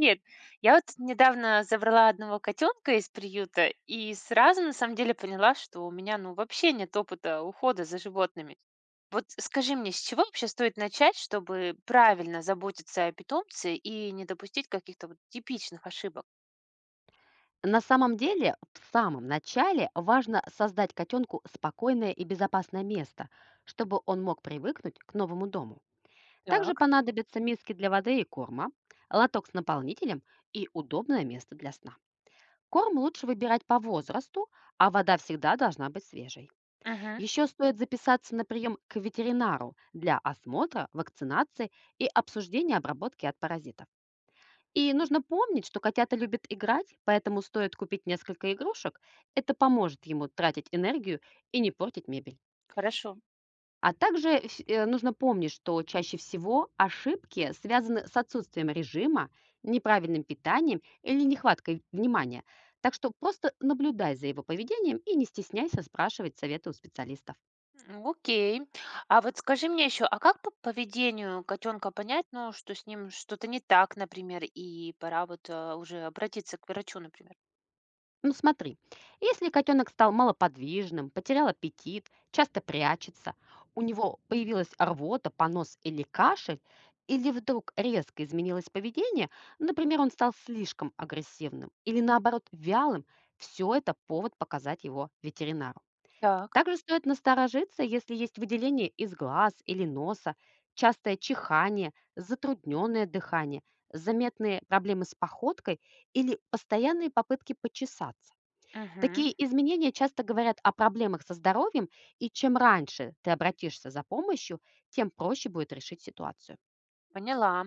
Нет, я вот недавно забрала одного котенка из приюта и сразу на самом деле поняла, что у меня ну вообще нет опыта ухода за животными. Вот скажи мне, с чего вообще стоит начать, чтобы правильно заботиться о питомце и не допустить каких-то вот типичных ошибок? На самом деле, в самом начале важно создать котенку спокойное и безопасное место, чтобы он мог привыкнуть к новому дому. Так, Также понадобятся миски для воды и корма, лоток с наполнителем и удобное место для сна. Корм лучше выбирать по возрасту, а вода всегда должна быть свежей. мгм, Еще стоит записаться на прием к ветеринару для осмотра, вакцинации и обсуждения обработки от паразитов. И нужно помнить, что котята любят играть, поэтому стоит купить несколько игрушек. Это поможет ему тратить энергию и не портить мебель. хорошо. А также нужно помнить, что чаще всего ошибки связаны с отсутствием режима, неправильным питанием или нехваткой внимания. Так что просто наблюдай за его поведением и не стесняйся спрашивать советы у специалистов. М, окей. А вот скажи мне еще, а как по поведению котенка понять, ну, что с ним что-то не так, например, и пора вот уже обратиться к врачу, например? Ну смотри, если котенок стал малоподвижным, потерял аппетит, часто прячется, у него появилась рвота, понос или кашель, или вдруг резко изменилось поведение, например, он стал слишком агрессивным или наоборот вялым, все это повод показать его ветеринару. Так. Также стоит насторожиться, если есть выделение из глаз или носа, частое чихание, затрудненное дыхание, заметные проблемы с походкой или постоянные попытки почесаться. Мгм. Такие изменения часто говорят о проблемах со здоровьем, и чем раньше ты обратишься за помощью, тем проще будет решить ситуацию. Поняла.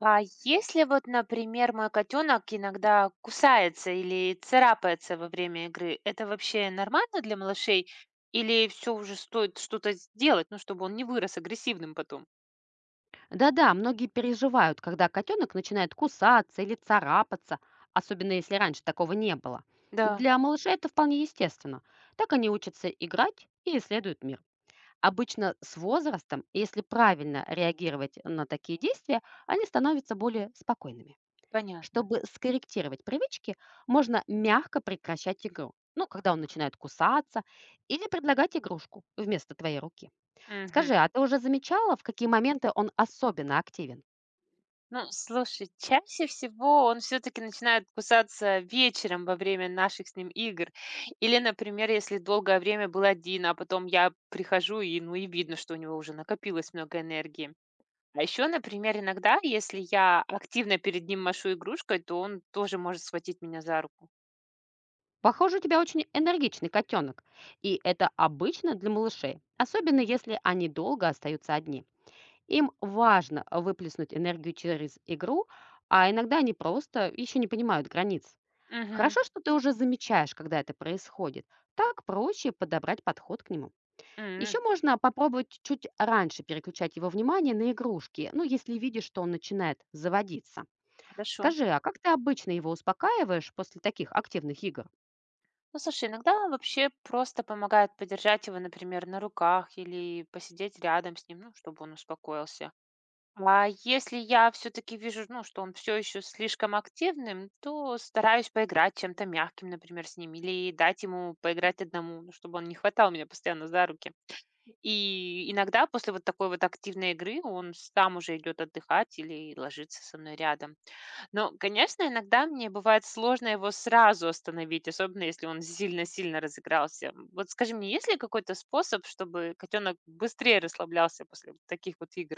А если вот, например, мой котенок иногда кусается или царапается во время игры, это вообще нормально для малышей? Или все уже стоит что-то сделать, ну, чтобы он не вырос агрессивным потом? Да-да, многие переживают, когда котенок начинает кусаться или царапаться, особенно если раньше такого не было. Да, Для малыша это вполне естественно. Так они учатся играть и исследуют мир. Обычно с возрастом, если правильно реагировать на такие действия, они становятся более спокойными. понятно. Чтобы скорректировать привычки, можно мягко прекращать игру. Ну, когда он начинает кусаться, или предлагать игрушку вместо твоей руки. Мгм. Скажи, а ты уже замечала, в какие моменты он особенно активен? Ну, слушай, чаще всего он все-таки начинает кусаться вечером во время наших с ним игр. Или, например, если долгое время был один, а потом я прихожу, и, ну, и видно, что у него уже накопилось много энергии. А еще, например, иногда, если я активно перед ним машу игрушкой, то он тоже может схватить меня за руку. Похоже, у тебя очень энергичный котенок, и это обычно для малышей, особенно если они долго остаются одни. Им важно выплеснуть энергию через игру, а иногда они просто еще не понимают границ. Мгм. Хорошо, что ты уже замечаешь, когда это происходит. Так проще подобрать подход к нему. Еще М, можно попробовать чуть раньше переключать его внимание на игрушки, ну, если видишь, что он начинает заводиться. хорошо. Скажи, а как ты обычно его успокаиваешь после таких активных игр? Ну, слушай, иногда вообще просто помогает подержать его, например, на руках или посидеть рядом с ним, ну, чтобы он успокоился. А если я все-таки вижу, ну, что он все еще слишком активным, то стараюсь поиграть чем-то мягким, например, с ним, или дать ему поиграть одному, ну, чтобы он не хватал меня постоянно за руки. И иногда после вот такой вот активной игры он сам уже идет отдыхать или ложится со мной рядом. Но, конечно, иногда мне бывает сложно его сразу остановить, особенно если он сильно-сильно разыгрался. Вот скажи мне, есть ли какой-то способ, чтобы котенок быстрее расслаблялся после вот таких вот игр?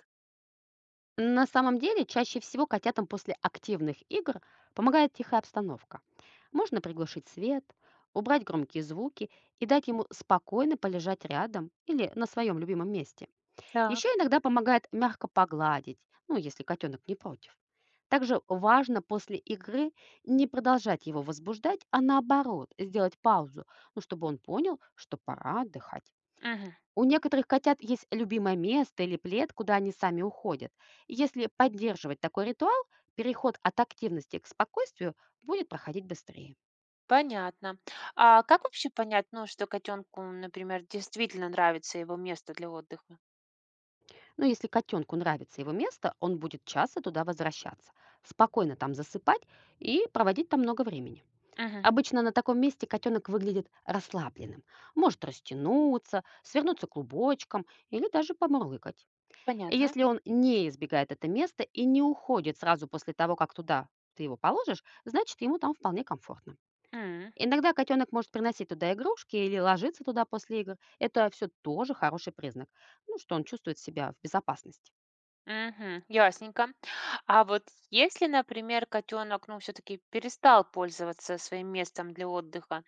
На самом деле, чаще всего котятам после активных игр помогает тихая обстановка. Можно приглушить свет, убрать громкие звуки и дать ему спокойно полежать рядом или на своем любимом месте. Еще Так. иногда помогает мягко погладить, ну, если котенок не против. Также важно после игры не продолжать его возбуждать, а наоборот, сделать паузу, ну, чтобы он понял, что пора отдыхать. Мгм. У некоторых котят есть любимое место или плед, куда они сами уходят. И если поддерживать такой ритуал, переход от активности к спокойствию будет проходить быстрее. Понятно. А как вообще понять, ну, что котенку, например, действительно нравится его место для отдыха? Но если котенку нравится его место, он будет часто туда возвращаться, спокойно там засыпать и проводить там много времени. Мгм. Обычно на таком месте котенок выглядит расслабленным, может растянуться, свернуться клубочком или даже помурлыкать. И Понятно. если он не избегает это место и не уходит сразу после того, как туда ты его положишь, значит, ему там вполне комфортно. М. Иногда котенок может приносить туда игрушки или ложиться туда после игр. Это все тоже хороший признак, ну, что он чувствует себя в безопасности. Мгм. Ясненько. А вот если, например, котенок, ну, все-таки перестал пользоваться своим местом для отдыха,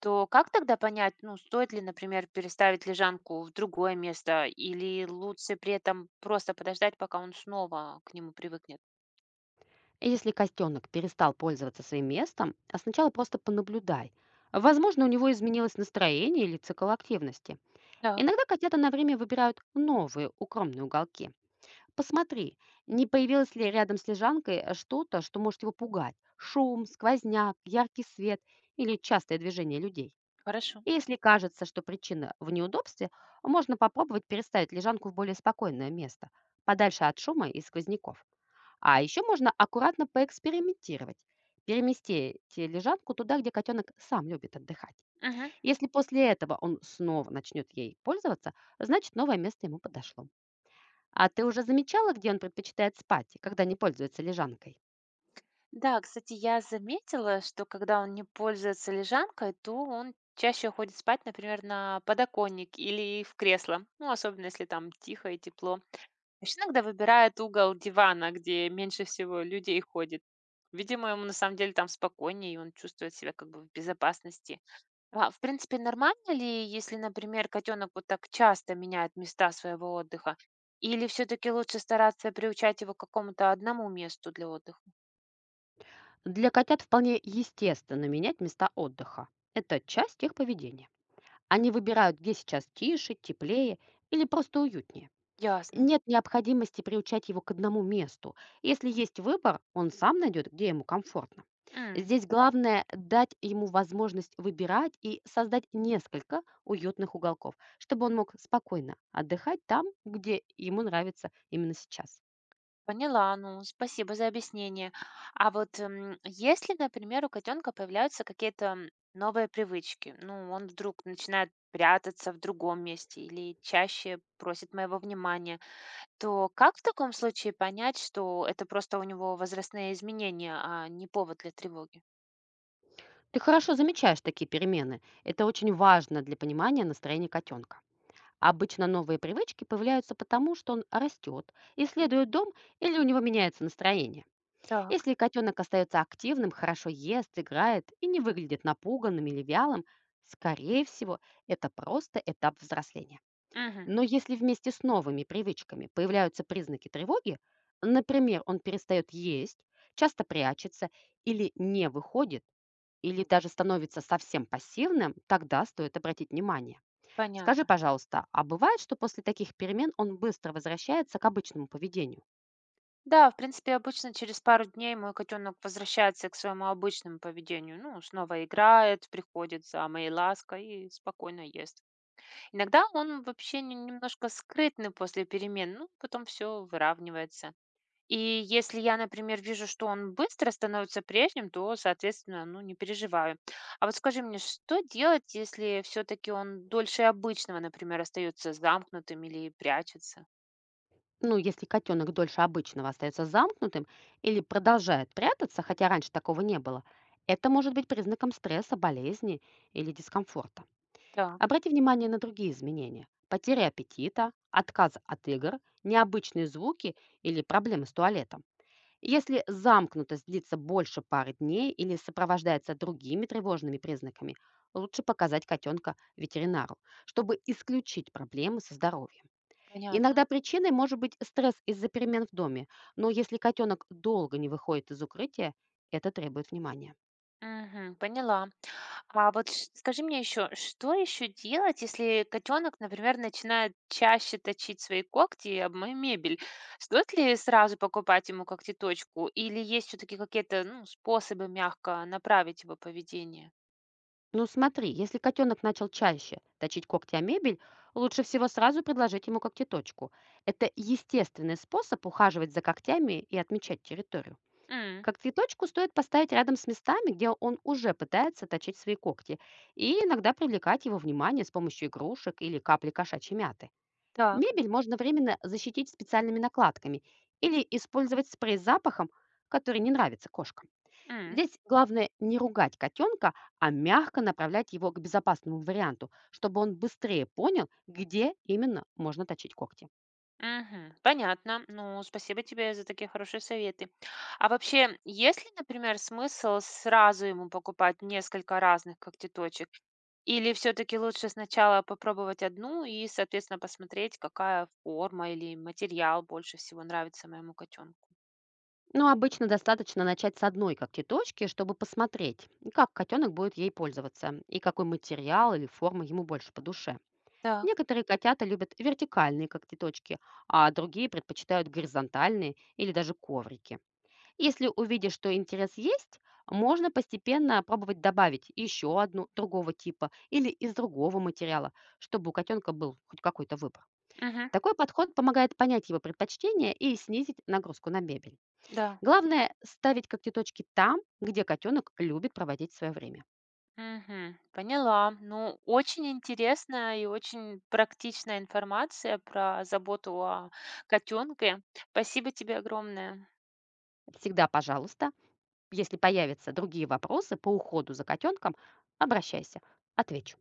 то как тогда понять, ну, стоит ли, например, переставить лежанку в другое место или лучше при этом просто подождать, пока он снова к нему привыкнет? И если котенок перестал пользоваться своим местом, а сначала просто понаблюдай. Возможно, у него изменилось настроение или цикл активности. Так, Иногда котята на время выбирают новые укромные уголки. Посмотри, не появилось ли рядом с лежанкой что-то, что может его пугать. Шум, сквозняк, яркий свет или частое движение людей. хорошо. И если кажется, что причина в неудобстве, можно попробовать переставить лежанку в более спокойное место, подальше от шума и сквозняков. А еще можно аккуратно поэкспериментировать. Переместите лежанку туда, где котенок сам любит отдыхать. Мгм. Если после этого он снова начнет ей пользоваться, значит новое место ему подошло. А ты уже замечала, где он предпочитает спать, и когда не пользуется лежанкой? Да, кстати, я заметила, что когда он не пользуется лежанкой, то он чаще уходит спать, например, на подоконник или в кресло, ну, особенно если там тихо и тепло. Вообще иногда выбирает угол дивана, где меньше всего людей ходит. Видимо, ему на самом деле там спокойнее, и он чувствует себя как бы в безопасности. А, в принципе, нормально ли, если, например, котенок вот так часто меняет места своего отдыха? Или все-таки лучше стараться приучать его к какому-то одному месту для отдыха? Для котят вполне естественно менять места отдыха. Это часть их поведения. Они выбирают, где сейчас тише, теплее или просто уютнее. Ясно. Нет необходимости приучать его к одному месту. Если есть выбор, он сам найдет, где ему комфортно. М. Здесь главное дать ему возможность выбирать и создать несколько уютных уголков, чтобы он мог спокойно отдыхать там, где ему нравится именно сейчас. Поняла, ну, спасибо за объяснение. А вот если, например, у котенка появляются какие-то новые привычки, ну, он вдруг начинает прятаться в другом месте или чаще просит моего внимания, то как в таком случае понять, что это просто у него возрастные изменения, а не повод для тревоги? Ты хорошо замечаешь такие перемены. Это очень важно для понимания настроения котенка. Обычно новые привычки появляются потому, что он растет, исследует дом или у него меняется настроение. Так, Если котенок остается активным, хорошо ест, играет и не выглядит напуганным или вялым, скорее всего, это просто этап взросления. угу, Но если вместе с новыми привычками появляются признаки тревоги, например, он перестает есть, часто прячется или не выходит, или даже становится совсем пассивным, тогда стоит обратить внимание. Скажи, понятно. пожалуйста, а бывает, что после таких перемен он быстро возвращается к обычному поведению? Да, в принципе, обычно через пару дней мой котенок возвращается к своему обычному поведению. Ну, снова играет, приходит за моей лаской и спокойно ест. Иногда он вообще немножко скрытный после перемен, ну, потом все выравнивается. И если я, например, вижу, что он быстро становится прежним, то, соответственно, ну, не переживаю. А вот скажи мне, что делать, если все-таки он дольше обычного, например, остается замкнутым или прячется? Ну, если котенок дольше обычного остается замкнутым или продолжает прятаться, хотя раньше такого не было, это может быть признаком стресса, болезни или дискомфорта. Так, Обрати внимание на другие изменения. Потеря аппетита, отказ от игр, необычные звуки или проблемы с туалетом. Если замкнутость длится больше пары дней или сопровождается другими тревожными признаками, лучше показать котенка ветеринару, чтобы исключить проблемы со здоровьем. понятно. Иногда причиной может быть стресс из-за перемен в доме, но если котенок долго не выходит из укрытия, это требует внимания. Мгм, поняла. А вот скажи мне еще, что еще делать, если котенок, например, начинает чаще точить свои когти об мою мебель? Стоит ли сразу покупать ему когтеточку? Или есть все-таки какие-то ну, способы мягко направить его поведение? Ну смотри, если котенок начал чаще точить когти о мебель, лучше всего сразу предложить ему когтеточку. Это естественный способ ухаживать за когтями и отмечать территорию. М, Когтеточку стоит поставить рядом с местами, где он уже пытается точить свои когти, и иногда привлекать его внимание с помощью игрушек или капли кошачьей мяты. так, Мебель можно временно защитить специальными накладками или использовать спрей с запахом, который не нравится кошкам. м, Здесь главное не ругать котенка, а мягко направлять его к безопасному варианту, чтобы он быстрее понял, где именно можно точить когти. мгм, понятно. Ну, спасибо тебе за такие хорошие советы. А вообще, есть ли, например, смысл сразу ему покупать несколько разных когтеточек? Или все таки лучше сначала попробовать одну и, соответственно, посмотреть, какая форма или материал больше всего нравится моему котенку? Но обычно достаточно начать с одной когтеточки, чтобы посмотреть, как котенок будет ей пользоваться и какой материал или форма ему больше по душе. Так. Некоторые котята любят вертикальные когтеточки, а другие предпочитают горизонтальные или даже коврики. Если увидишь, что интерес есть, можно постепенно пробовать добавить еще одну другого типа или из другого материала, чтобы у котенка был хоть какой-то выбор. Мгм. Такой подход помогает понять его предпочтения и снизить нагрузку на мебель. Да. Главное– ставить когтеточки там, где котенок любит проводить свое время. Мгм. Поняла. Ну, очень интересная и очень практичная информация про заботу о котенке. Спасибо тебе огромное. Всегда, пожалуйста, если появятся другие вопросы по уходу за котенком, обращайся, отвечу.